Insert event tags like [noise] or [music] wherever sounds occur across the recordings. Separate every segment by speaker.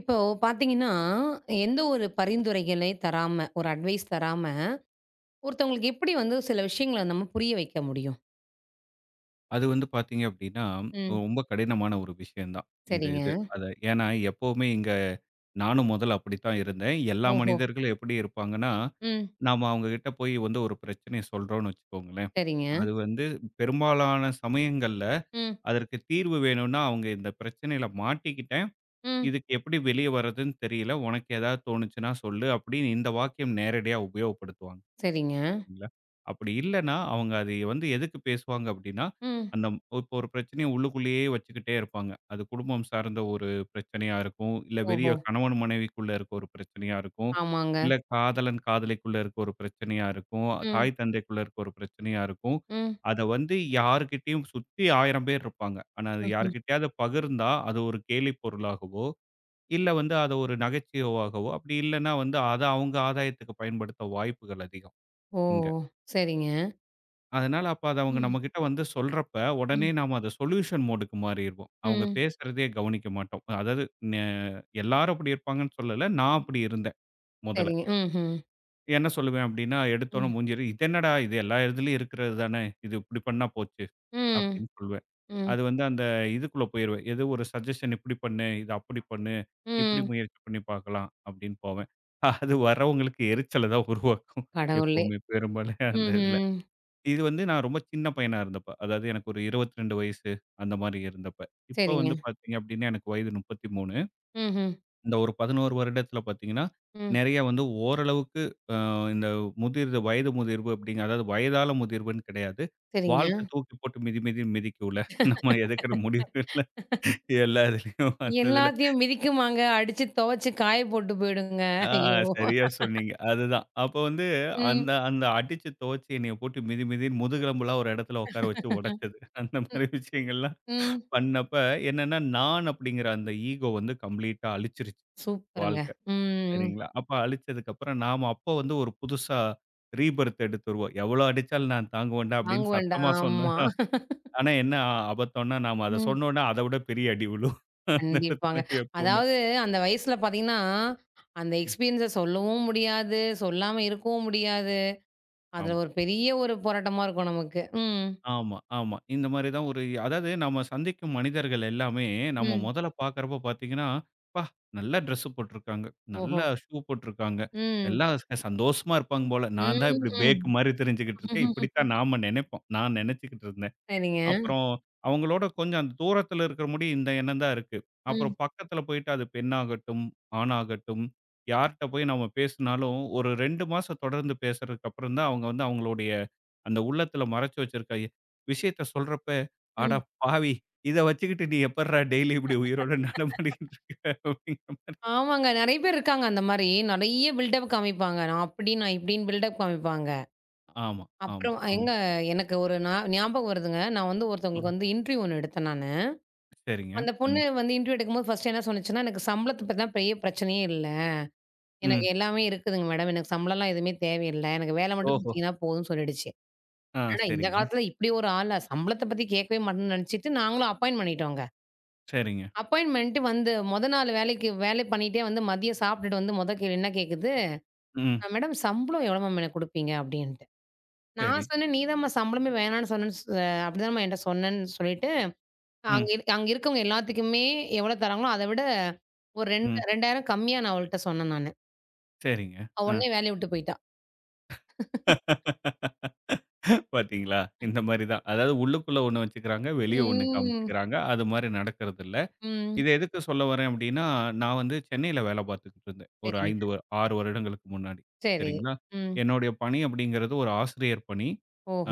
Speaker 1: இப்போ பார்த்தீங்கன்னா, எந்த ஒரு பரிந்துரைகளை தராம, ஒரு அட்வைஸ் தராம, ஒருத்தவங்களுக்கு எப்படி வந்து சில விஷயங்கள நம்ம புரிய வைக்க முடியும்?
Speaker 2: அது வந்து பார்த்தீங்க அப்படின்னா,
Speaker 1: ம்.
Speaker 2: ரொம்ப கடினமான ஒரு விஷயம் தான். இந்த
Speaker 1: சரிங்க.
Speaker 2: இது. அத ஏன்னா எப்பவுமே இங்க நானும் முதல்ல அப்படித்தான் இருந்தேன். எல்லா
Speaker 1: ஓஹோ!
Speaker 2: மனிதர்களும் எப்படி இருப்பாங்கன்னா,
Speaker 1: ம்.
Speaker 2: நாம அவங்க கிட்ட போய் வந்து ஒரு பிரச்சனைய சொல்றோம்னு வச்சுக்கோங்களேன்.
Speaker 1: சரிங்க.
Speaker 2: அது வந்து பெரும்பாலான சமயங்கள்ல
Speaker 1: ம்.
Speaker 2: அதற்கு தீர்வு வேணும்னா, அவங்க இந்த பிரச்சனையில மாட்டிக்கிட்டேன்.
Speaker 1: ம்.
Speaker 2: இதுக்கு எப்படி வெளிய வர்றதுன்னு தெரியல. உனக்கு ஏதாவது தோணுச்சுன்னா சொல்லு அப்படின்னு இந்த வாக்கியம் நேரடியா உபயோகப்படுத்துவாங்க.
Speaker 1: சரிங்க.
Speaker 2: இல்ல. அப்படி இல்லன்னா, அவங்க அது வந்து எதுக்கு பேசுவாங்க அப்படின்னா,
Speaker 1: ம்.
Speaker 2: அந்த இப்போ ஒரு பிரச்சனைய உள்ளுக்குள்ளேயே வச்சுக்கிட்டே இருப்பாங்க. அது குடும்பம் சார்ந்த ஒரு பிரச்சனையா இருக்கும். இல்ல வெளிய
Speaker 1: ஓஹோ!
Speaker 2: கணவன் மனைவிக்குள்ள இருக்க ஒரு பிரச்சனையா இருக்கும்.
Speaker 1: ஆமாங்க.
Speaker 2: இல்ல காதலன் காதலிக்குள்ள இருக்க ஒரு பிரச்சனையா இருக்கும்.
Speaker 1: ம்.
Speaker 2: தாய் தந்தைக்குள்ள இருக்க ஒரு பிரச்சனையா இருக்கும்.
Speaker 1: ம்.
Speaker 2: அத வந்து யார்கிட்டயும் சுத்தி 1000 பேர் இருப்பாங்க. ஆனா அது
Speaker 1: ம்ஹ்ம்.
Speaker 2: யார்கிட்டயாவது பகிர்ந்தா, அது ஒரு கேலி பொருளாகவோ, இல்ல வந்து அத ஒரு நகைச்சுவையாகவோ, அப்படி இல்லன்னா வந்து அத அவங்க ஆதாயத்துக்கு பயன்படுத்த வாய்ப்புகள் அதிகம்
Speaker 1: ஓ!
Speaker 2: இங்க.
Speaker 1: சரிங்க.
Speaker 2: அதனால அப்ப அத அவங்க
Speaker 1: ம்.
Speaker 2: நம்மகிட்ட வந்து சொல்றப்ப, உடனே
Speaker 1: ம்.
Speaker 2: நாம அத சொல்யூஷன் மோடுக்கு மாறிருவோம். அவங்க
Speaker 1: ம்.
Speaker 2: பேசுறதையே கவனிக்க மாட்டோம். அதாவது நெ எல்லாரும் அப்படி இருப்பாங்கன்னு சொல்லல. நான் அப்படி இருந்தேன் முதல்ல.
Speaker 1: சரிங்க. ம்ஹ்ம்.
Speaker 2: என்ன சொல்லுவேன் அப்படின்னா, எடுத்தோனே
Speaker 1: ம்.
Speaker 2: மூஞ்சில "இது என்னடா இது எல்லா இதுலயும் இருக்கிறது தானே. இது இப்படி பண்ணா போச்சு."
Speaker 1: ம்.
Speaker 2: அப்படின்னு சொல்லுவேன்.
Speaker 1: ம்.
Speaker 2: அது வந்து அந்த இதுக்குள்ள போயிருவேன். எது ஒரு சஜஷன் இப்படி பண்ணு, இது அப்படி பண்ணு, இப்படி
Speaker 1: ம்.
Speaker 2: முயற்சி பண்ணி பார்க்கலாம் அப்படின்னு போவேன். அது வரவங்களுக்கு எரிச்சல தான் உருவாக்கும்.
Speaker 1: கடவுளே!
Speaker 2: எப்பவுமே பெரும்பாலும் அந்த இதுல.
Speaker 1: ம்ஹ்ம்.
Speaker 2: இது வந்து நான் ரொம்ப சின்ன பையனா இருந்தப்ப. அதாவது எனக்கு ஒரு 22 வயசு அந்த மாரி இருந்தப்ப. இப்ப
Speaker 1: சரிங்க.
Speaker 2: வந்து பார்த்தீங்க அப்டின்னா, எனக்கு வயது 33.
Speaker 1: ம்ஹ்ம்.
Speaker 2: இந்த ஒரு 11 வருடத்துல பார்த்தீங்கன்னா,
Speaker 1: ம்.
Speaker 2: நெறைய வந்து ஓரளவுக்கு அ இந்த முதிர்வு வயது முதிர்வு அப்டிங்க அதாவது வயதால முதிர்வுன்னு கிடையாது.
Speaker 1: சரிங்க.
Speaker 2: வாழ்க்கை தூக்கி போட்டு மிதி மிதின்னு மிதிக்கும்ல. [laughs] நம்ம எடுக்கிற முடிவுகள்ல எல்லா இதுலயும் வந்ததுல.
Speaker 1: எல்லாத்தையும் மிதிக்குமாங்க. அடிச்சு துவச்சு காய போட்டு போயிடுங்க.
Speaker 2: ஆ
Speaker 1: ஐயோ!
Speaker 2: சரியா சொன்னீங்க. அதுதான். அப்ப வந்து
Speaker 1: ம்.
Speaker 2: அந்த அந்த அடிச்சு துவச்சு என்னைய போட்டு மிதி மிதின்னு முதுகெலும்பெல்லாம் ஒரு இடத்துல உட்கார வச்சு உடைச்சது. அந்த
Speaker 1: ம்,
Speaker 2: மாரி விஷயங்கள்லாம்
Speaker 1: ம்.
Speaker 2: பண்ணப்ப என்னன்னா, நான் அப்படிங்கிற அந்த ஈகோ வந்து கம்ப்ளீட்டா அழிச்சிருச்சு
Speaker 1: சூப்பருங்க.
Speaker 2: வாழ்க்கை.
Speaker 1: ம்.
Speaker 2: சரிங்களா? அப்ப அழிச்சதுக்கு அப்புறம் நாம அப்ப வந்து ஒரு புதுசா ரீபெர்த் எடுத்துருவோம். "எவ்வளோ அடிச்சாலும் நான் தாங்குவேன்டா" அப்படின்னு
Speaker 1: வாங்குவேன்டா.
Speaker 2: சத்தமா
Speaker 1: ஆமா.
Speaker 2: சொன்னேன்னா, ஆனா என்ன ஆபத்தம்னா நாம அத
Speaker 1: ம்.
Speaker 2: சொன்னோம்னா, அத விட பெரிய அடி விழும். அந்த இடத்துல
Speaker 1: கண்டிப்பாங்க.
Speaker 2: எப்பவுமே.
Speaker 1: அதாவது அந்த வயசுல பார்த்தீங்கன்னா, அந்த
Speaker 2: ம்.
Speaker 1: எக்ஸ்பீரியன்ஸ சொல்லவும் முடியாது. சொல்லாம இருக்கவும் முடியாது. அதுல
Speaker 2: ஆமா.
Speaker 1: ஒரு பெரிய ஒரு போராட்டமா இருக்கும் நமக்கு. ம்.
Speaker 2: ஆமா. இந்த மாரி தான் ஒரு அதாவது நம்ம சந்திக்கும் மனிதர்கள் எல்லாமே, நம்ம
Speaker 1: ம்.
Speaker 2: மொதல்ல பார்க்கிறப்போ பார்த்தீங்கன்னா, "அப்பா! நல்லா ட்ரெஸ்ஸு போட்டிருக்காங்க.
Speaker 1: ஓஹோ!
Speaker 2: நல்லா ஷூ போட்டிருக்காங்க.
Speaker 1: ம்.
Speaker 2: எல்லாம் சந்தோஷமா இருப்பாங்க போல. நான் தான்
Speaker 1: ம்,
Speaker 2: இப்படி
Speaker 1: ம்.
Speaker 2: பேக் மாரி தெரிஞ்சுகிட்டு இருக்கேன்." இப்படித்தான் நாம நெனைப்போம். நான் நெனச்சுக்கிட்டு இருந்தேன்.
Speaker 1: சரிங்க.
Speaker 2: அப்புறம் அவங்களோட கொஞ்சம் அந்த தூரத்துல இருக்கிற முடி இந்த எண்ணம் தான் இருக்கு. அப்புறம்
Speaker 1: ம்,
Speaker 2: பக்கத்துல போயிட்டு அது பெண்ணாகட்டும், ஆணாகட்டும், யார்ட்ட போய் நம்ம பேசினாலும் ஒரு 2 மாசம் தொடர்ந்து பேசுறதுக்கு அப்புறம் தான் அவங்க வந்து அவங்களுடைய அந்த உள்ளத்துல மறைச்சு வச்சிருக்க விஷயத்த சொல்றப்ப, "அட
Speaker 1: ம்.
Speaker 2: பாவி! இத வச்சுக்கிட்டு நீ எப்பட்றா டெய்லி இப்படி உயிரோட நடமாடிக்கிட்டு இருக்க?" அப்படிங்கிற மா
Speaker 1: ஆமாங்க. நெறைய பேர் இருக்காங்க அந்த மாரி. நெறைய பில்டப் காமிப்பாங்க. நான் அப்படி, நான் இப்படின்னு பில்டப் காமிப்பாங்க.
Speaker 2: ஆமா, ஆமா,
Speaker 1: அப்புறம்
Speaker 2: ஆமா.
Speaker 1: எனக்கு ஒரு ஞாபகம் வருதுங்க. நான் வந்து
Speaker 2: ம்.
Speaker 1: ஒருத்தவங்களுக்கு வந்து இன்டர்வியூ ஒண்ணு எடுத்தேன் நானு.
Speaker 2: சரிங்க.
Speaker 1: அந்த பொண்ணு
Speaker 2: ம்.
Speaker 1: வந்து இன்டர்வியூ எடுக்கும்போது ஃபர்ஸ்ட்டு என்ன சொன்னுச்சுன்னா, "எனக்கு சம்பளத்த பத்திலாம் பெரிய பிரச்சனையே இல்ல. எனக்கு
Speaker 2: ம்.
Speaker 1: எல்லாமே இருக்குதுங்க மேடம். எனக்கு சம்பளம்லாம் எதுவுமே தேவையில்ல. எனக்கு வேலை மட்டும்
Speaker 2: ஓஹோ!
Speaker 1: குடுத்தீங்கன்னா போதும்ன்னு" சொல்லிடுச்சு. என்னடா இந்த
Speaker 2: சரிங்க,
Speaker 1: காலத்துல இப்படி ஒரு ஆளா? சம்பளத்த பத்தி கேட்கவே மாட்டேன்னு நெனச்சுட்டு நாங்களும் அப்பாயிண்ட் பண்ணிட்டோங்க.
Speaker 2: சரிங்க.
Speaker 1: அப்பாயிண்ட் பண்ணிட்டு வந்து மொத நாள் வேலைக்கு வேலை பண்ணிட்டே வந்து மதியம் சாப்பிட்டுட்டு வந்து மொத கேள்வி என்ன கேட்குது?
Speaker 2: ம்.
Speaker 1: "அ மேடம் சம்பளம் எவ்வளோ மேம் எனக்கு குடுப்பீங்க?" அப்படின்ட்டு.
Speaker 2: சரி.
Speaker 1: நான் சொன்னேன், "நீ தாம்மா சம்பளமே வேணான்னு சொன்னேன்னு சொ அப்படிதாம்மா என்ட்ட சொன்னேன்னு" சொல்லிட்டு,
Speaker 2: ம்.
Speaker 1: அங்க இருக்கவங்க எல்லாத்துக்குமே எவ்வளோ தராங்களோ, அத விட ஒரு 2,
Speaker 2: ம்.
Speaker 1: 2,000 கம்மியா நான் அவள்ட்ட சொன்னேன் நானு.
Speaker 2: சரிங்க.
Speaker 1: அவ
Speaker 2: அ.
Speaker 1: உடனே வேலைய விட்டு போயிட்டா.
Speaker 2: பாத்தீங்களா? இந்த மாரி தான். அதாவது உள்ளுக்குள்ள ஒண்ணு வச்சுக்கிறாங்க, வெளிய ஒண்ணு
Speaker 1: ம்.
Speaker 2: காமிச்சுக்கிறாங்க. அது மாரி நடக்கறதில்ல.
Speaker 1: ம்.
Speaker 2: இத எதுக்கு சொல்ல வரேன் அப்டின்னா, நான் வந்து சென்னையில வேல பார்த்துக்கிட்டு இருந்தேன். ஒரு
Speaker 1: சரிங்க.
Speaker 2: 5 வ 6 வருடங்களுக்கு முன்னாடி.
Speaker 1: சரி.
Speaker 2: சரிங்களா?
Speaker 1: ம்.
Speaker 2: என்னுடைய பணி அப்படிங்கிறது ஒரு ஆசிரியர் பணி.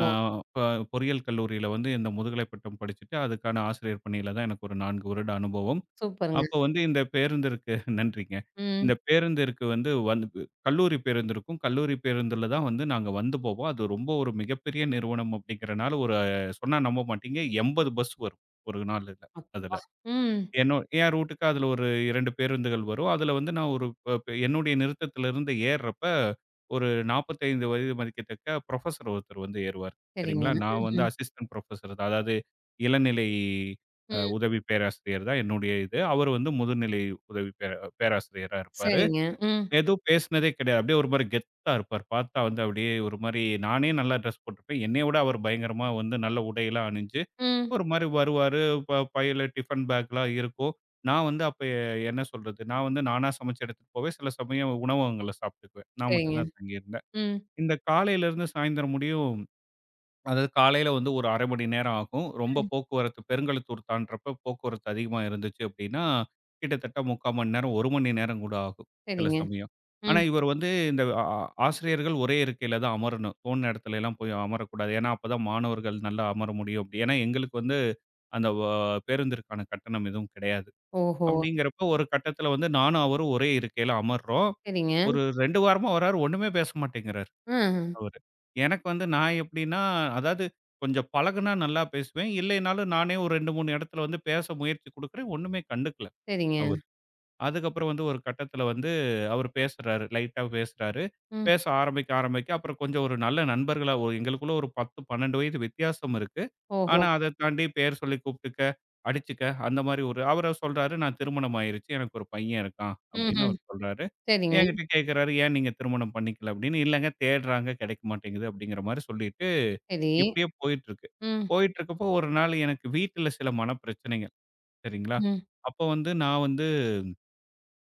Speaker 2: ஆ ப பொறியியல் கல்லூரியில வந்து இந்த முதுகலை பட்டம் படிச்சுட்டு, அதுக்கான ஆசிரியர் பணியில தான் எனக்கு ஒரு 4 வருட அனுபவம்.
Speaker 1: சூப்பருங்க.
Speaker 2: அப்போ வந்து இந்த பேருந்து இருக்கு நன்றிங்க.
Speaker 1: ம்.
Speaker 2: இந்த பேருந்து இருக்கு வந்து வந்து கல்லூரி பேருந்து இருக்கும். கல்லூரி பேருந்துல தான் வந்து நாங்க வந்து போவோம். அது ரொம்ப ஒரு மிகப்பெரிய நிறுவனம் அப்படிங்கிறனால ஒரு சொன்னா நம்ப மாட்டீங்க 80 பஸ் வரும் ஒரு நாள்ல
Speaker 1: அப்
Speaker 2: அதுல.
Speaker 1: ம்.
Speaker 2: என்னோ என் ரூட்டுக்கு அதுல ஒரு 2 பேருந்துகள் வரும். அதுல வந்து நான் ஒரு ப ப என்னுடைய நிறுத்தத்திலிருந்து ஏர்றப்ப, ஒரு 45 வயது மதிக்கத்தக்க புரொஃபசர் ஒருத்தர் வந்து ஏறுவாரு.
Speaker 1: சரிங்க.
Speaker 2: சரிங்களா? நான் வந்து
Speaker 1: ம்ஹ்ம்.
Speaker 2: அசிஸ்டன்ட் புரொஃபசர் தான். அதாவது இளநிலை
Speaker 1: ம்.
Speaker 2: உதவி பேராசிரியர் தான் என்னுடைய இது. அவர் வந்து முதுநிலை உதவி பேராசிரியரா இருப்பாரு.
Speaker 1: சரிங்க. ம்.
Speaker 2: எதுவும் பேசினதே கிடையாது. அப்படியே ஒரு மாரி கெத்தா இருப்பார். பார்த்தா வந்து அப்படியே ஒரு மாரி நானே நல்லா ட்ரெஸ் போட்டிருப்பேன். என்னைய விட அவர் பயங்கரமா வந்து நல்ல உடையெல்லாம் அணிஞ்சு
Speaker 1: ம்.
Speaker 2: ஒரு மாரி வருவாரு. ப பையில டிஃபன் பேக்லாம் இருக்கும். நான் வந்து அப்ப என்ன சொல்றது? நான் வந்து நானா சமைச்சு எடுத்துட்டு போவேன். சில சமயம் உணவகங்கள்ல சாப்பிட்டுக்குவேன். நான்
Speaker 1: சரிங்க.
Speaker 2: மட்டும் தான் தங்கியிருந்தேன்.
Speaker 1: ம்.
Speaker 2: இந்த காலையிலருந்து சாயந்தரம் முடியும் அதாவது காலையில வந்து ஒரு 1/2 மணி நேரம் ஆகும். ரொம்ப
Speaker 1: ம்.
Speaker 2: போக்குவரத்து பெருங்கழுத்தூர் தாண்டுறப்ப போக்குவரத்து அதிகமா இருந்துச்சு அப்டின்னா, கிட்டத்தட்ட 3/4 மணி நேரம், 1 மணி நேரம் கூட ஆகும் சில
Speaker 1: சரிங்க.
Speaker 2: சமயம். ஆனா,
Speaker 1: ம்.
Speaker 2: இவர் வந்து இந்த ஆ ஆ- ஆசிரியர்கள் ஒரே இருக்கையில தான் அமரணும். தோணுன இடத்துலலாம் போய் அமரக்கூடாது. ஏன்னா, அப்பதான் மாணவர்கள் நல்லா அமர முடியும் அப்டி. ஏன்னா, எங்களுக்கு வந்து அந்த பேருந்திற்கான கட்டணம் எதுவும் கிடையாது.
Speaker 1: ஓஹோ!
Speaker 2: அப்டிங்கிறப்போ ஒரு கட்டத்தில வந்து நானும் அவரும் ஒரே இருக்கையில அமர்றோம்.
Speaker 1: சரிங்க.
Speaker 2: ஒரு 2 வாரமா வர்றாரு ஒண்ணுமே பேச மாட்டேங்கிறாரு.
Speaker 1: ஆஹ.
Speaker 2: அவரு. எனக்கு வந்து நான் எப்படின்னா, அதாவது கொஞ்சம் பழகுனா நல்லா பேசுவேன். இல்லைனாலும் நானே ஒரு 2, 3 இடத்துல வந்து பேச முயற்சி குடுக்குறேன். ஒண்ணுமே கண்டுக்கல
Speaker 1: சரிங்க.
Speaker 2: அவரு. அதுக்கப்புறம் வந்து ஒரு கட்டத்தில வந்து அவரு பேசுறாரு. லைட்டா பேசுறாரு.
Speaker 1: ம்.
Speaker 2: பேச ஆரம்பிக்க அப்புறம் கொஞ்சம் ஒரு நல்ல நண்பர்களா எங்களுக்குள்ள ஒரு 10, 12 வயது வித்தியாசம் இருக்கு. ஆனா
Speaker 1: ஓஹோ!
Speaker 2: அத தாண்டி பேர் சொல்லி கூப்பிட்டுக்க, அடிச்சுக்க அந்த மாரி ஒரு அவரு சொல்றாரு, "நான் திருமணம் ஆயிருச்சு. எனக்கு ஒரு பையன் இருக்கான்." அப்படின்னு
Speaker 1: ம்ஹ்ம்.
Speaker 2: அவரு சொல்றாரு.
Speaker 1: சரிங்க.
Speaker 2: என்கிட்ட கேட்கிறாரு, "ஏன் நீங்க திருமணம் பண்ணிக்கல?" அப்படின்னு. "இல்லங்க தேடுறாங்க கிடைக்க மாட்டேங்குது." அப்படிங்கிற மாரி சொல்லிட்டு
Speaker 1: சரி.
Speaker 2: இப்படியே போயிட்டுருக்கு.
Speaker 1: ம்.
Speaker 2: போயிட்டுருக்கப்போ ஒரு நாள் எனக்கு வீட்ல சில மனப்பிரச்சனைகள் சரிங்களா?
Speaker 1: ம்.
Speaker 2: அப்போ வந்து நான் வந்து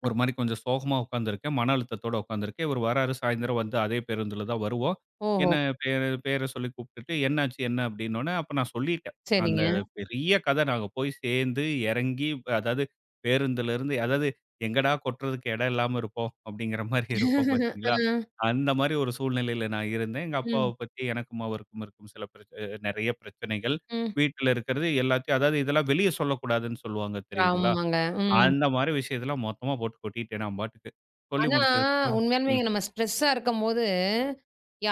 Speaker 2: ஒரு மாரி கொஞ்சம் சோகமா உட்காந்துருக்கேன். மன அழுத்தத்தோட உட்காந்துருக்கேன். இவரு வராரு சாயந்தரம் வந்து அதே பேருந்துல தான் வருவோம்.
Speaker 1: ஓஹோ!
Speaker 2: என்ன பேர சொல்லி கூப்பிட்டுட்டு, "என்னாச்சு என்ன?" அப்படின்னோனே, அப்ப நான் சொல்லிட்டேன். அந்த
Speaker 1: சரிங்க.
Speaker 2: பெரிய கதை நாங்க போய் சேர்ந்து, இறங்கி அதாவது பேருந்துலருந்து அதாவது எங்கடா கொட்டுறதுக்கு இடம் இல்லாம இருப்போம் அப்படிங்கிற மாரி இருக்கும் பார்த்தீங்களா?
Speaker 1: அ,
Speaker 2: அந்த மாரி ஒரு சூழ்நிலையில நான் இருந்தேன். எங்க அப்பாவ
Speaker 1: ம்,
Speaker 2: பத்தி எனக்கும் அவருக்கும் இருக்கும் சில பிரச்ச நெறைய பிரச்சனைகள்.
Speaker 1: ம்.
Speaker 2: வீட்ல இருக்கிறது எல்லாத்தையும் அதாவது இதெல்லாம் வெளிய சொல்லக்கூடாதுன்னு சொல்லுவாங்க தெரியுங்களா?
Speaker 1: ஆமாங்க. ம்.
Speaker 2: அந்த மாரி விஷயத்தலாம் மொத்தமா போட்டு கொட்டிட்டேன் நான் பாட்டுக்கு. சொல்லி
Speaker 1: ஆனா,
Speaker 2: முடிச்சதுக்கப்புறம்
Speaker 1: உண்மையாலுமே
Speaker 2: ம்,
Speaker 1: இங்க நம்ம ஸ்ட்ரெஸ்ஸா இருக்கும்போது,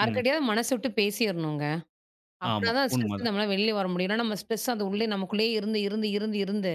Speaker 2: ம்.
Speaker 1: மனசு விட்டு பேசிறணுங்க. அப்பனா
Speaker 2: ஆமா.
Speaker 1: தான் ஸ்ட்ரெஸ்ஸ
Speaker 2: உண்மதான்.
Speaker 1: நம்மளால வெளில வர முடியும். இல்லனா நம்ம ஸ்ட்ரெஸ் அது உள்ளே நமக்குள்ளேயே இருந்து, இருந்து, இருந்து, இருந்து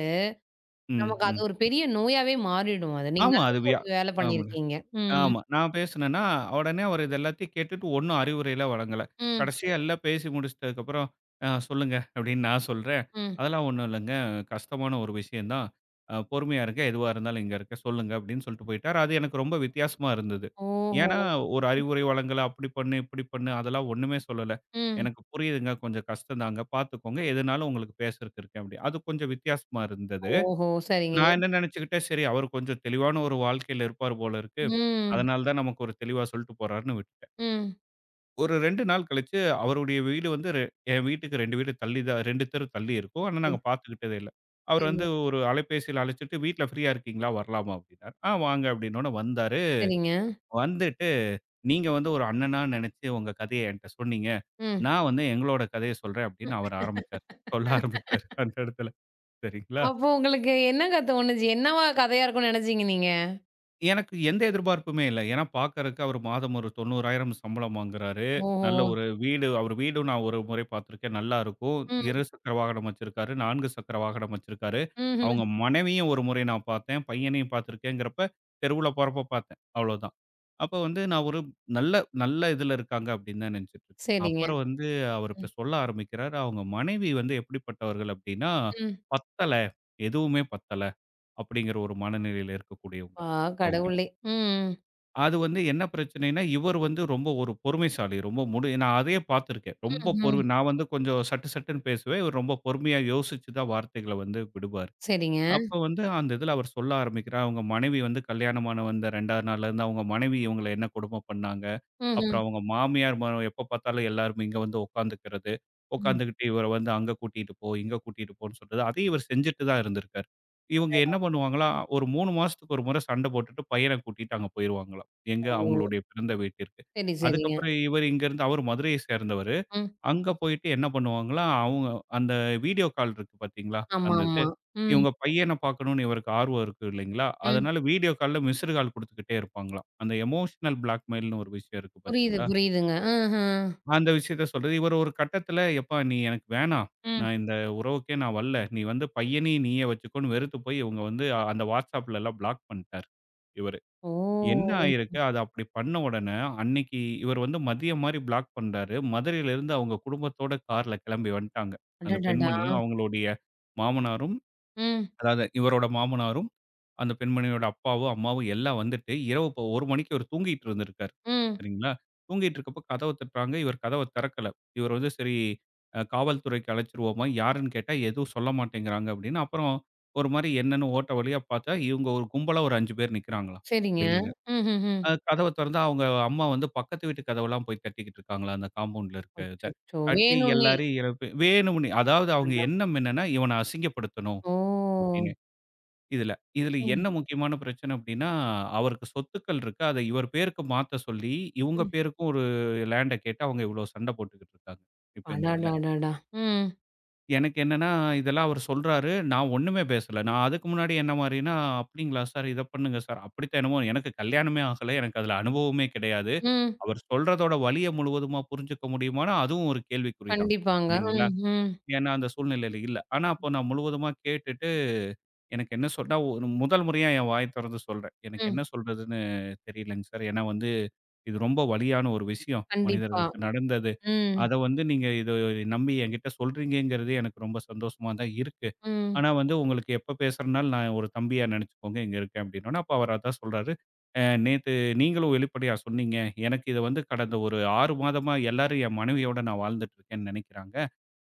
Speaker 2: ம்,
Speaker 1: நமக்கு அது
Speaker 2: ம்.
Speaker 1: ஒரு பெரிய நோயாவே மாறிடும் அது. நீங்க
Speaker 2: ஆமா.
Speaker 1: நல்ல
Speaker 2: அது வியா
Speaker 1: ஒரு வேலை
Speaker 2: ஆமா.
Speaker 1: பண்ணியிருக்கீங்க. ம்.
Speaker 2: ஆமா. நான் பேசுனேன்னா, உடனே அவரு இது எல்லாத்தையும் கேட்டுட்டு ஒண்ணும் அறிவுரைலாம் வழங்கல.
Speaker 1: ம்.
Speaker 2: கடைசியா எல்லாம் பேசி முடிச்சிட்டதுக்கப்புறம், சொல்லுங்க" அப்படின்னு நான் சொல்றேன்.
Speaker 1: ம்.
Speaker 2: "அதெல்லாம் ஒண்ணும் இல்லைங்க. கஷ்டமான ஒரு விஷயம் தான். பொறுமையா இருங்க. எதுவா இருந்தாலும் இங்க இருக்கேன். சொல்லுங்க" அப்படின்னு சொல்லிட்டு போயிட்டாரு. அது எனக்கு ரொம்ப வித்தியாசமா இருந்தது.
Speaker 1: ஓஹோ!
Speaker 2: ஏன்னா, ஒரு
Speaker 1: ம்.
Speaker 2: அறிவுரை வழங்கல. அப்படி பண்ணு, இப்படி பண்ணு அதெல்லாம் ஒண்ணுமே சொல்லல.
Speaker 1: ம்.
Speaker 2: "எனக்கு புரியுதுங்க. கொஞ்சம் கஷ்டம் தாங்க. பார்த்துக்கோங்க. எதுனாலும் உங்களுக்கு பேசுறதுக்கு இருக்கேன்" அப்படி. அது கொஞ்சம் வித்தியாசமா இருந்தது.
Speaker 1: ஓஹோ! சரிங்க.
Speaker 2: நான் என்ன நினைச்சுக்கிட்டேன், சரி அவரு கொஞ்சம் தெளிவான ஒரு வாழ்க்கையில இருப்பார் போல இருக்கு.
Speaker 1: ம்.
Speaker 2: அதனால தான் நமக்கு ஒரு தெளிவா சொல்ட்டு போறாருன்னு விட்டுட்டேன்.
Speaker 1: ம்.
Speaker 2: ஒரு 2 நாள் கழிச்சு அவருடைய வீடு வந்து என் வீட்டுக்கு 2 தெரு தள்ளி இருக்கும். ஆனா
Speaker 1: சரி,
Speaker 2: நாங்க பார்த்துக்கிட்டதே இல்ல. அவர் வந்து
Speaker 1: சரிங்க.
Speaker 2: ஒரு அலைபேசியில அழைச்சுட்டு, "வீட்ல ஃப்ரீயா இருக்கீங்களா? வரலாமா?" அப்படின்னாரு. "ஆ வாங்க" அப்படின்னோன வந்தாரு.
Speaker 1: சரிங்க.
Speaker 2: வந்துட்டு, "நீங்க வந்து ஒரு அண்ணனா நினைச்சு உங்க கதைய என்ட்ட சொன்னீங்க.
Speaker 1: ம்.
Speaker 2: நான் வந்து எங்களோட கதைய சொல்றேன்"
Speaker 1: ம்.
Speaker 2: அப்படின்னு அவர் ஆரம்பிச்சாரு. சொல்ல ஆரம்பிச்சாரு அந்த இடத்துல. சரிங்களா?
Speaker 1: அப்போ உங்களுக்கு என்னங்க தோணுச்சு? என்னவா கதையா இருக்கும்னு நெனச்சீங்க நீங்க?
Speaker 2: எனக்கு எந்த எதிர்பார்ப்புமே இல்ல. ஏன்னா பார்க்கறக்கு அவரு மாதம் ஒரு 90,000 சம்பளம் வாங்குறாரு. நல்ல
Speaker 1: ஓஹோ!
Speaker 2: ஒரு வீடு அவரு வீடும் நான் ஒரு முறை பார்த்துருக்கேன். நல்லா இருக்கும்.
Speaker 1: ம்.
Speaker 2: 2 சக்கர வாகனம் வச்சிருக்காரு. 4 சக்கர வாகனம் வச்சிருக்காரு.
Speaker 1: ம்ஹ்ம்.
Speaker 2: அவங்க மனைவியும் ஒரு முறை நான் பார்த்தேன். பையனையும் பார்த்துருக்கேங்கிறப்ப, தெருவுல போறப்ப பார்த்தேன். அவ்வளோதான். அப்ப வந்து நான் ஒரு நல்ல நல்ல இதுல இருக்காங்க அப்படின்னு தான் நெனச்சுட்டுருக்கேன்.
Speaker 1: சரிங்க.
Speaker 2: அப்புறம் வந்து அவரு இப்ப
Speaker 1: ம்.
Speaker 2: சொல்ல ஆரம்பிக்கிறாரு. அவங்க மனைவி வந்து எப்படிப்பட்டவர்கள் அப்படின்னா,
Speaker 1: ம்.
Speaker 2: பத்தல. எதுவுமே பத்தல அப்படிங்கிற ஒரு மனநிலையில இருக்கக்கூடியவங்க.
Speaker 1: ஆ
Speaker 2: அவங்க.
Speaker 1: கடவுளே! ம்.
Speaker 2: அது வந்து என்ன பிரச்சனைன்னா, இவர் வந்து ரொம்ப ஒரு பொறுமைசாலி. ரொம்ப முடி நான் அதையே பார்த்துருக்கேன். ரொம்ப பொறு
Speaker 1: ம்ஹ்ம்.
Speaker 2: நான் வந்து கொஞ்சம் சட்டு சட்டுன்னு பேசுவேன். இவர் ரொம்ப பொறுமையா யோசிச்சு தான் வார்த்தைகள வந்து விடுவாரு.
Speaker 1: சரிங்க.
Speaker 2: அப்ப வந்து அந்த இதுல அவர் சொல்ல ஆரம்பிக்கிறார். அவங்க மனைவி வந்து கல்யாணமான வந்த 2வது நாள்லருந்து அவங்க மனைவி இவங்கள என்ன கொடும பண்ணாங்க.
Speaker 1: ம்ஹ்ம்.
Speaker 2: அப்புறம் அவங்க மாமியார் எப்ப பார்த்தாலும் எல்லாரும் இங்க வந்து உட்காந்துக்கிறது.
Speaker 1: ம்.
Speaker 2: உட்காந்துக்கிட்டு இவர வந்து அங்க கூட்டிட்டு போ, இங்க கூட்டிட்டு போன்னு சொல்றது. அதையும் இவர் செஞ்சுட்டு தான் இருந்திருக்காரு. இவங்க என்ன
Speaker 1: அடடா!
Speaker 2: பண்ணுவாங்களாம், ஒரு 3 மாசத்துக்கு ஒரு முறை சண்டை போட்டுட்டு பையன கூட்டிட்டு அங்க போயிருவாங்களாம். எங்க
Speaker 1: ஓ!
Speaker 2: அவங்களுடைய பிறந்த வீட்டிற்கு.
Speaker 1: சரி, சரிங்க.
Speaker 2: அதுக்கப்புறம் இவர் இங்கருந்து அவரு மதுரையை சேர்ந்தவரு.
Speaker 1: ம்.
Speaker 2: அங்க போயிட்டு என்ன பண்ணுவாங்களா, அவங்க அந்த வீடியோ கால் இருக்கு பார்த்தீங்களா,
Speaker 1: ஆமா,
Speaker 2: அந்த இது.
Speaker 1: ஆமா. ம்.
Speaker 2: இவங்க பையன பார்க்கணும்னு இவருக்கு ஆர்வம் இருக்கு இல்லைங்களா,
Speaker 1: ம்.
Speaker 2: அதனால வீடியோ கால்ல மிஸ்டு கால் குடுத்துக்கிட்டே இருப்பாங்களாம். அந்த எமோஷனல் பிளாக்மெயில்னு ஒரு விஷயம் இருக்கு
Speaker 1: புரியுது,
Speaker 2: பார்த்தீங்களா,
Speaker 1: புரியுதுங்க. ம்ஹ்ம்.
Speaker 2: அந்த விஷயத்த சொல்றது. இவர் ஒரு கட்டத்தில "எப்பா நீ எனக்கு வேணாம்.
Speaker 1: ம்.
Speaker 2: இந்த உறவுக்கே நான் வரல. நீ வந்து பையனையும் நீயே வச்சுக்கோன்னு" வெறுத்து போய் இவங்க வந்து அந்த WhatsAppலலாம் பிளாக் பண்ட்டாரு இவரு. என்ன
Speaker 1: ஓ!
Speaker 2: ஆயிருக்கு, அது அப்படி பண்ண உடனே, அன்னைக்கு இவர் வந்து மதியம் மாரி பிளாக் பண்றாரு. மதுரையிலிருந்து அவங்க குடும்பத்தோட கார்ல கிளம்பி வந்துட்டாங்க. அந்த
Speaker 1: அடடடா!
Speaker 2: பெண்மணியும், அவங்களுடைய மாமனாரும்,
Speaker 1: ம்.
Speaker 2: அதாவது இவரோட மாமனாரும், அந்த பெண்மணியோட அப்பாவும், அம்மாவும் எல்லாம் வந்துட்டு, இரவு இப்போ 1 மணிக்கு இவர் தூங்கிட்டு இருந்திருக்காரு.
Speaker 1: ம்.
Speaker 2: சரிங்களா? தூங்கிட்டு இருக்கப்போ கதவ தட்டுறாங்க. இவர் கதவ திறக்கல. இவர் வந்து சரி காவல்துறைக்கு அழைச்சிருவோமா? யாருன்னு கேட்டா, எதுவும் சொல்ல மாட்டேங்கிறாங்க அப்படின்னு, அப்புறம் ஒரு மாரி என்னன்னு ஓட்ட வழியா பார்த்தா, இவங்க ஒரு கும்பலா ஒரு 5 பேர் நிக்கிறாங்களாம்
Speaker 1: சரிங்க.
Speaker 2: வெளியில.
Speaker 1: ம்ஹ்ஹ்ம்.
Speaker 2: கதவ தொறந்தா அவங்க அம்மா வந்து பக்கத்து வீட்டு கதவெல்லாம் போய் தட்டிக்கிட்டு இருக்காங்களாம், அந்த காம்பவுண்ட்ல இருக்க இத.
Speaker 1: அச்சச்சோ!
Speaker 2: தட்டி
Speaker 1: வேணும்னே!
Speaker 2: எல்லாரையும் எழுப்பி வேணும்னே அதாவது அவங்க
Speaker 1: அடடா!
Speaker 2: எண்ணம் என்னன்னா, இவன அசிங்கப்படுத்தணும்
Speaker 1: ஓ!
Speaker 2: அப்படின்னு. இதுல. இதுல
Speaker 1: ம்.
Speaker 2: என்ன முக்கியமான பிரச்சனை அப்படின்னா, அவருக்கு சொத்துக்கள் இருக்கு. அத இவர் பேருக்கு மாத்த சொல்லி, இவங்க
Speaker 1: ம்.
Speaker 2: பேருக்கும் ஒரு லேண்ட கேட்டு அவங்க இவ்ளோ சண்டை போட்டுக்கிட்டு இருக்காங்க. இப்ப இந்த இதுல.
Speaker 1: அடடடடா! ம்.
Speaker 2: எனக்கு என்னன்னா, இதெல்லாம் அவர் சொல்றாரு. நான் ஒண்ணுமே பேசல. நான் அதுக்கு முன்னாடி என்ன மாரின்னா, "அப்படிங்களா சார், இத பண்ணுங்க சார்." அப்படித்தான் என்னமோ எனக்கு கல்யாணமே ஆகல. எனக்கு அதுல அனுபவமே கிடையாது.
Speaker 1: ம்.
Speaker 2: அவர் சொல்றதோட வலிய முழுவதுமா புரிஞ்சுக்க முடியுமான்னா, அதுவும் ஒரு கேள்விக்குறி தான்.
Speaker 1: கண்டிப்பாங்க. ம்,
Speaker 2: இல்லைங்களா?
Speaker 1: ம்,
Speaker 2: ஏன்னா, அந்த சூழ்நிலையில இல்ல. ஆனா, அப்போ நான் முழுவதுமா கேட்டுட்டு, எனக்கு என்ன சொன்னா, ஒரு முதல் முறையா என் வாய தொறந்து சொல்றேன். எனக்கு
Speaker 1: ம்.
Speaker 2: என்ன சொல்றதுன்னு தெரியலங்க சார். ஏன்னா வந்து இது ரொம்ப வலியான ஒரு விஷயம்
Speaker 1: கண்டிப்பா.
Speaker 2: மனிதர்களுக்கு ம். நடந்தது.
Speaker 1: ம்,
Speaker 2: அத வந்து நீங்க இத நம்பி என்கிட்ட சொல்றீங்கங்கிறது எனக்கு ரொம்ப சந்தோஷமா தான் இருக்கு.
Speaker 1: ம்.
Speaker 2: ஆனா வந்து உங்களுக்கு எப்ப பேசுறனாலும் நான் ஒரு தம்பியா நெனச்சுக்கோங்க இங்க இருக்கேன் அப்டின்னோனே, அப்ப அவர் அதான் சொல்றாரு. நேத்து நீங்களும் வெளிப்படையா சொன்னீங்க. எனக்கு இத வந்து கடந்த ஒரு 6 மாதமா எல்லாரும் என் மனைவியோட நான் வாழ்ந்துட்டு இருக்கேன்னு நெனைக்கிறாங்க.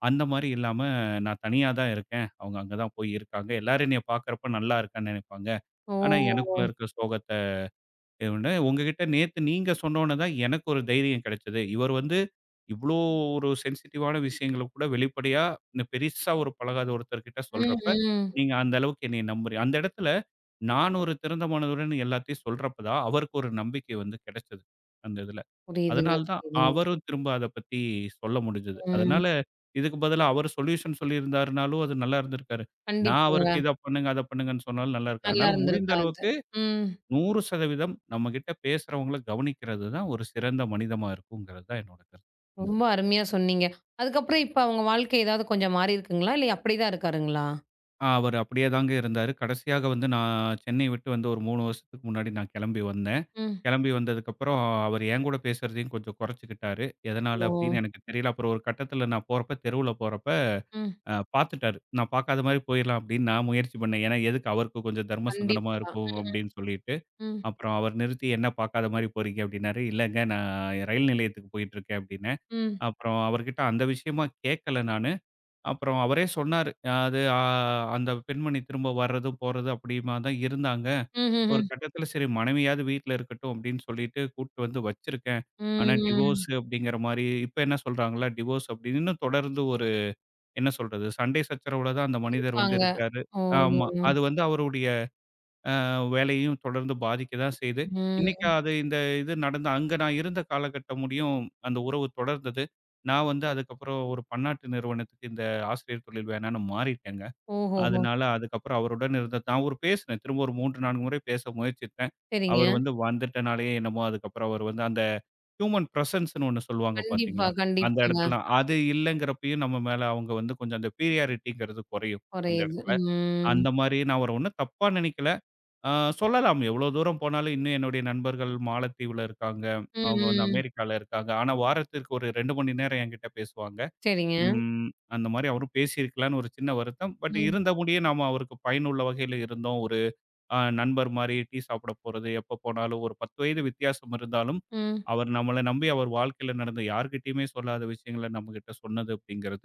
Speaker 2: அந்த மாரி இல்லாம நான் தனியா தான் இருக்கேன். அவங்க அங்க தான் போய் இருக்காங்க. எல்லாரும் என்னைய பார்க்கறப்ப நல்லா இருக்கான்னு நெனைப்பாங்க. ஆனா
Speaker 1: ஓ!
Speaker 2: எனக்குள்ள இருக்க சோகத்த உடனே உங்ககிட்ட நேத்து நீங்க சொன்னோன தான் எனக்கு ஒரு தைரியம் கிடைச்சது. இவர் வந்து இவ்ளோ ஒரு சென்சிட்டிவான விஷயங்கள கூட வெளிப்படையா இந்த பெருசா ஒரு பழகாத ஒருத்தர்கிட்ட
Speaker 1: ம்,
Speaker 2: சொல்றப்ப,
Speaker 1: ம்.
Speaker 2: நீங்க அந்த அளவுக்கு என்னைய நம்புறீங்க. அந்த இடத்துல நான் ஒரு திறந்த மனதுடன் எல்லாத்தையும் சொல்றப்ப தான் அவருக்கு ஒரு நம்பிக்கை வந்து கிடைச்சது. அந்த இதுல.
Speaker 1: புரியுதுங்க,
Speaker 2: அதனால தான்
Speaker 1: புரியுதுங்க.
Speaker 2: அவரும் திரும்ப அத பத்தி சொல்ல முடிஞ்சது.
Speaker 1: ம்.
Speaker 2: அதனால இதுக்கு பதிலா அவர் சொல்யூஷன் சொல்லியிருந்தாருனாலும் அது நல்லா இருந்திருக்காரு. நான் அவருக்கு
Speaker 1: கண்டிப்பாங்க.
Speaker 2: இத பண்ணுங்க, அத பண்ணுங்கன்னு சொன்னாலும் நல்லா இருக்காது.
Speaker 1: நல்லா
Speaker 2: அதனால முடிந்த
Speaker 1: இருந்திருக்காது.
Speaker 2: அளவுக்கு
Speaker 1: ம்.
Speaker 2: 100% நம்மகிட்ட பேசுறவங்கள கவனிக்கிறது தான் ஒரு சிறந்த மனிதமா இருக்குங்கிறது தான் என்னோட கருத்து. ம்.
Speaker 1: ரொம்ப அருமையா சொன்னீங்க. அதுக்கப்புறம் இப்ப அவங்க வாழ்க்கை ஏதாவது கொஞ்சம் மாறியிருக்குங்களா? இல்ல அப்படிதான் இருக்காருங்களா?
Speaker 2: அவரு அப்படியே தாங்க இருந்தாரு. கடைசியாக வந்து நான் சென்னை விட்டு வந்து ஒரு 3 வருஷத்துக்கு முன்னாடி நான் கிளம்பி வந்தேன்.
Speaker 1: ம்.
Speaker 2: கிளம்பி வந்ததுக்கப்புறம் அவரு என் கூட பேசுறதையும் கொஞ்சம் குறைச்சுக்கிட்டாரு. எதனால
Speaker 1: ஓ!
Speaker 2: அப்படின்னு எனக்கு தெரியல. அப்புறம் ஒரு கட்டத்தில நான் போறப்ப தெருவுல போறப்ப
Speaker 1: ம்.
Speaker 2: பார்த்துட்டாரு. நான் பார்க்காத மாரி போயிரலாம் அப்படின்னு நான் முயற்சி பண்ணேன். ஏன்னா எதுக்கு அவருக்கு கொஞ்சம் தர்ம சங்கடமா
Speaker 1: கண்டிப்பா.
Speaker 2: இருக்கும் அப்படின்னு சொல்லிட்டு.
Speaker 1: ம்,
Speaker 2: அப்புறம் அவர் நிறுத்தி என்ன பார்க்காத மாரி போறீங்க அப்படின்னாரு. இல்லங்க நான் ரயில் நிலையத்துக்கு போயிட்டு இருக்கேன் அப்படின்னேன்.
Speaker 1: ம்.
Speaker 2: அப்புறம் அவர்கிட்ட அந்த விஷயமா கேட்கல நானு. அப்புறம் அவரே சொன்னாரு. அது அ அந்த பெண்மணி திரும்ப வர்றதும், போறதும் அப்படியுமா தான் இருந்தாங்க. ஒரு
Speaker 1: ம்ஹ்ஹ்ம்.
Speaker 2: கட்டத்தில சரி மனைவியாவது வீட்ல இருக்கட்டும் அப்படின்னு சொல்லிட்டு கூட்டு வந்து வச்சிருக்கேன். ஆனா டிவோர்ஸ்
Speaker 1: ம்.
Speaker 2: அப்படிங்கிற மாரி இப்ப என்ன சொல்றாங்களா, டிவோர்ஸ் அப்படின்னு இன்னும் தொடர்ந்து ஒரு என்ன சொல்றது, சண்டை சச்சரவுல தான் அந்த மனிதர் வந்து
Speaker 1: இருப்பாங்க.
Speaker 2: இருக்காரு.
Speaker 1: ஓ!
Speaker 2: ஆமா. அது வந்து அவருடைய அ வேலையையும் தொடர்ந்து பாதிக்க தான் செய்யுது. இன்னைக்கு
Speaker 1: ம்.
Speaker 2: அது இந்த இது நடந்த அங்க நான் இருந்த காலகட்டம் முடியும் அந்த உறவு தொடர்ந்தது. நான் வந்து அதுக்கப்புறம் ஒரு பன்னாட்டு நிறுவனத்துக்கு இந்த ஆசிரியர் தொழில் வேணான்னு மாறிட்டேங்க.
Speaker 1: ஓஹோஹோ!
Speaker 2: அதனால அதுக்கப்புறம் அவருடன் இருந்த நான் ஒரு பேசினேன். திரும்ப ஒரு 3, 4 முறை பேச முயற்சித்தேன்.
Speaker 1: சரிங்க.
Speaker 2: அவர் வந்து வந்துட்டனாலயே என்னமோ அதுக்கப்புறம் அவர் வந்து அந்த ஹியூமன் பிரசன்ஸ்ன்னு ஒண்ணு சொல்லுவாங்க
Speaker 1: கண்டிப்பா,
Speaker 2: பார்த்தீங்களா? அந்த
Speaker 1: கண்டிப்பாங்க.
Speaker 2: இடத்துல அது இல்லங்கிறப்பயும் நம்ம மேல அவங்க வந்து கொஞ்சம் அந்த பீரியாரிட்டிங்கிறது குறையும் அந்த
Speaker 1: குறையுது.
Speaker 2: இடத்துல.
Speaker 1: ம்.
Speaker 2: அந்த மாரி நான் அவர ஒண்ணும் தப்பா நினைக்கல. ஆ சொல்லலாம். எவ்வளோ தூரம் போனாலும் இன்னும் என்னுடைய நண்பர்கள் மாலத்தீவுல இருக்காங்க.
Speaker 1: ம்,
Speaker 2: அவங்க வந்து
Speaker 1: ம்.
Speaker 2: அமெரிக்கால இருக்காங்க. ஆனா வாரத்திற்கு ஒரு 2 மணி நேரம் என்கிட்ட பேசுவாங்க.
Speaker 1: சரிங்க.
Speaker 2: ம் அந்த மாரி அவரும் பேசியிருக்கலான்னு ஒரு சின்ன வருத்தம். பட்
Speaker 1: ம்,
Speaker 2: இருந்த முடிய நாம அவருக்கு பயனுள்ள வகையில இருந்தோம். ஒரு நண்பர் மாரி டீ சாப்பிட போறது, எப்ப போனாலும் ஒரு 10 வயது வித்தியாசம் இருந்தாலும்,
Speaker 1: ம்.
Speaker 2: அவர் நம்மள நம்பி அவர் வாழ்க்கையில நடந்த யார்கிட்டயுமே சொல்லாத விஷயங்கள நம்மகிட்ட சொன்னது அப்படிங்கிறது,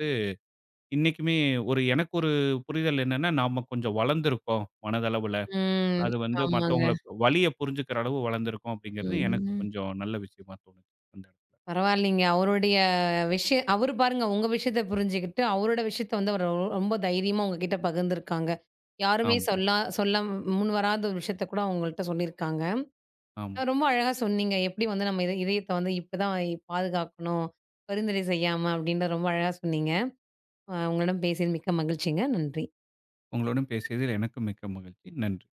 Speaker 2: இன்னைக்குமே எனக்கு ஒரு புரிதல் என்னன்னா, நாம கொஞ்சம் வளர்ந்துருக்கோம் மனதளவுல.
Speaker 1: ம்.
Speaker 2: அது வந்து
Speaker 1: ஆமாங்க.
Speaker 2: மத்தவங்கள வலிய புரிஞ்சுக்கிற அளவு வளர்ந்திருக்கும் அப்படிங்கிறது எனக்கு
Speaker 1: ம்.
Speaker 2: கொஞ்சம் நல்ல விஷயமா தோணுச்சு அந்த இடத்துல.
Speaker 1: பரவாயில்லைங்க. அவருடைய விஷய அவரு பாருங்க உங்க விஷயத்த புரிஞ்சுகிட்டு, அவரோட விஷயத்த வந்து அவரு ரொம்ப தைரியமா உங்ககிட்ட பகிர்ந்திருக்காங்க. யாருமே
Speaker 2: ஆமாங்க,
Speaker 1: சொல்லா சொல்ல முன் வராத ஒரு விஷயத்த கூட உங்கள்ட்ட சொல்லியிருக்காங்க.
Speaker 2: ஆமாங்க.
Speaker 1: ரொம்ப அழகா சொன்னீங்க. எப்படி வந்து நம்ம இத இதயத்த வந்து இப்பதான் பாதுகாக்கணும், பரிந்துரை செய்யாம அப்படின்ற ரொம்ப அழகா சொன்னீங்க. அ உங்களிடம் பேசியது மிக்க மகிழ்ச்சிங்க. நன்றி.
Speaker 2: உங்களுடன் பேசியதில் எனக்கும் மிக்க மகிழ்ச்சி. நன்றி.